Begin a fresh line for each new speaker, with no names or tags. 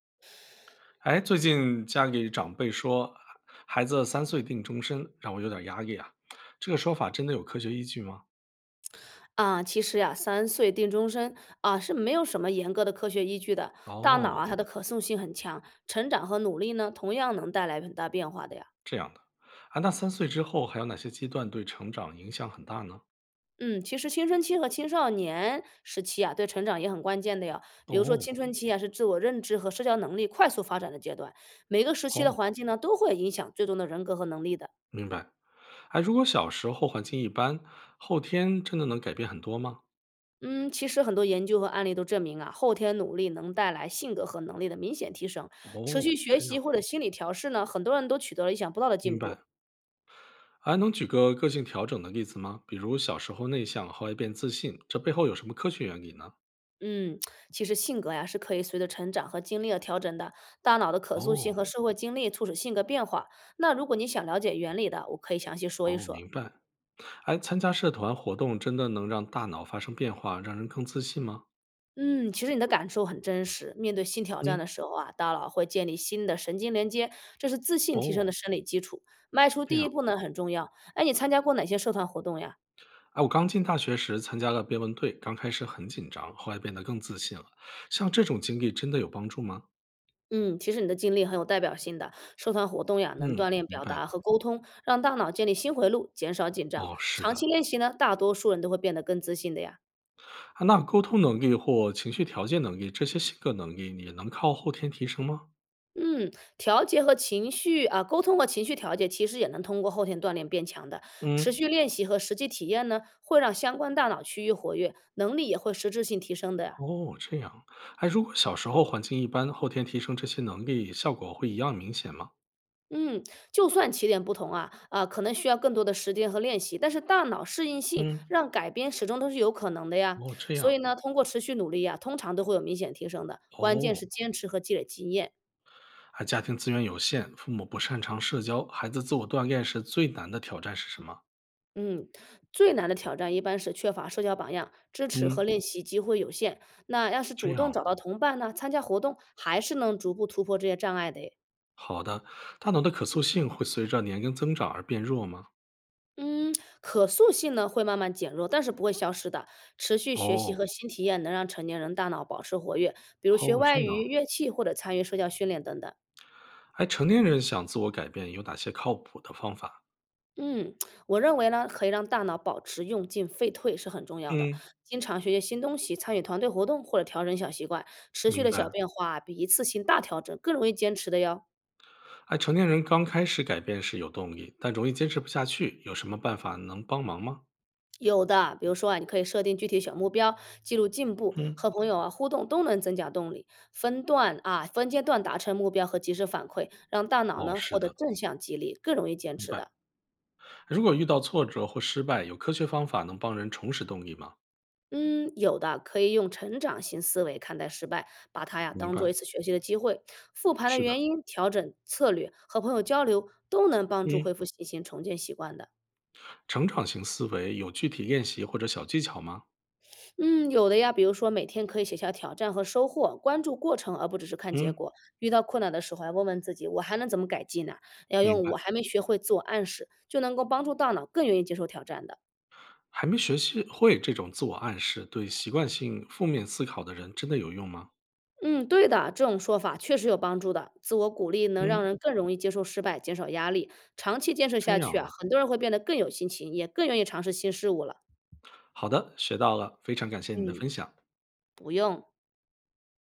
哎，最近家里长辈说，孩子三岁定终身，让我有点压力啊。这个说法真的有科学依据吗？
啊，其实呀，“三岁定终身”啊是没有什么严格的科学依据的。大脑
哦，
啊，它的可塑性很强，成长和努力呢，同样能带来很大变化的呀。
这样的啊，那三岁之后还有哪些阶段对成长影响很大呢？
嗯，其实青春期和青少年时期啊，对成长也很关键的呀。比如说
哦，
青春期啊，是自我认知和社交能力快速发展的阶段，每个时期的
哦，
环境呢，都会影响最终的人格和能力的。
明白。哎，如果小时候环境一般，后天真的能改变很多吗？
嗯，其实很多研究和案例都证明啊，后天努力能带来性格和能力的明显提升。持
哦，
续学
这样，
习或者心理调试呢，很多人都取得了意想不到的
明
进步。
白。哎，能举个个性调整的例子吗？比如小时候内向，后来变自信，这背后有什么科学原理呢？
嗯，其实性格呀是可以随着成长和经历而调整的，大脑的可塑性
哦，
和社会经历促使性格变化。那如果你想了解原理的，我可以详细说一
哦，
说。
明白。哎，参加社团活动真的能让大脑发生变化，让人更自信吗？
嗯，其实你的感受很真实。面对新挑战的
嗯，
时候啊，大脑会建立新的神经连接，这是自信提升
哦，
的生理基础。迈出
这
第一
样。
步呢很重要。哎，你参加过哪些社团活动呀？
哎，我刚进大学时参加了辩论队，刚开始很紧张，后来变得更自信了。像这种经历真的有帮助吗？
嗯，其实你的经历很有代表性的。社团活动呀，能
嗯，
锻炼
明
表
白。
达和沟通，让大脑建立新回路，减少紧张。
哦，是
长期
的。
练习呢，大多数人都会变得更自信的呀。
啊，那沟通能力或情绪调节能力这些性格能力你能靠后天提升吗？
嗯，调节和情绪啊，沟通和情绪调节，其实也能通过后天锻炼变强的。持
嗯，
续练习和实际体验呢，会让相关大脑区域活跃，能力也会实质性提升的呀。
哦，这样。哎，如果小时候环境一般，后天提升这些能力效果会一样明显吗？
嗯，就算起点不同啊，可能需要更多的时间和练习，但是大脑适应性
嗯，
让改编始终都是有可能的呀。
哦，这
所
样。
以呢，通过持续努力呀，通常都会有明显提升的。关键
哦，
是坚持和积累经验。
而家庭资源有限，父母不擅长社交，孩子自我锻炼时最难的挑战是什么？
嗯，最难的挑战一般是缺乏社交榜样，支持和
嗯，
练习机会有限。那要是
这
主动
样，
找到同伴呢，参加活动，还是能逐步突破这些障碍的诶。
好的，大脑的可塑性会随着年龄增长而变弱吗？
嗯，可塑性呢会慢慢减弱，但是不会消失的。持续学习
哦，
和新体验能让成年人大脑保持活跃，比如学
哦，这
外语、
样，
乐器或者参与社交训练等等。
哎，成年人想自我改变有哪些靠谱的方法？
嗯，我认为呢，可以让大脑保持用进废退是很重要的。
嗯，
经常学习新东西，参与团队活动或者调整小习惯，持续
明
的小
白。
变化比一次性大调整更容易坚持的哟。
哎，成年人刚开始改变是有动力，但容易坚持不下去，有什么办法能帮忙吗？
有的，比如说啊，你可以设定具体小目标，记录进步，
嗯，
和朋友啊互动都能增加动力。分段啊，分阶段达成目标和及时反馈，让大脑
哦，
呢
是
获得
的，
正向激励，更容易坚
明
持
白。
的。
如果遇到挫折或失败，有科学方法能帮人重拾动力吗？
嗯，有的可以用成长型思维看待失败，把它呀
明
当
白，
做一次学习的机会，复盘的
是
原
的，
因、调整策略和朋友交流，都能帮助
嗯。
恢复信心、重建习惯的。
成长型思维有具体练习或者小技巧吗？
嗯，有的呀，比如说每天可以写下挑战和收获，关注过程而不只是看结
嗯，
果。遇到困难的时候，还问问自己，我还能怎么改进呢？要
明
用
白。
我还没学会自我暗示，就能够帮助大脑更愿意接受挑战的。
还没学习会这种自我暗示，对习惯性负面思考的人真的有用吗？
嗯，对的，这种说法确实有帮助的。自我鼓励能让
嗯，
人更容易接受失败，减少压力。长期坚持
这
下去
样
啊，
的。
很多人会变得更有心情，也更愿意尝试新事物了。
好的，学到了，非常感谢你的
嗯，
分享。
不用。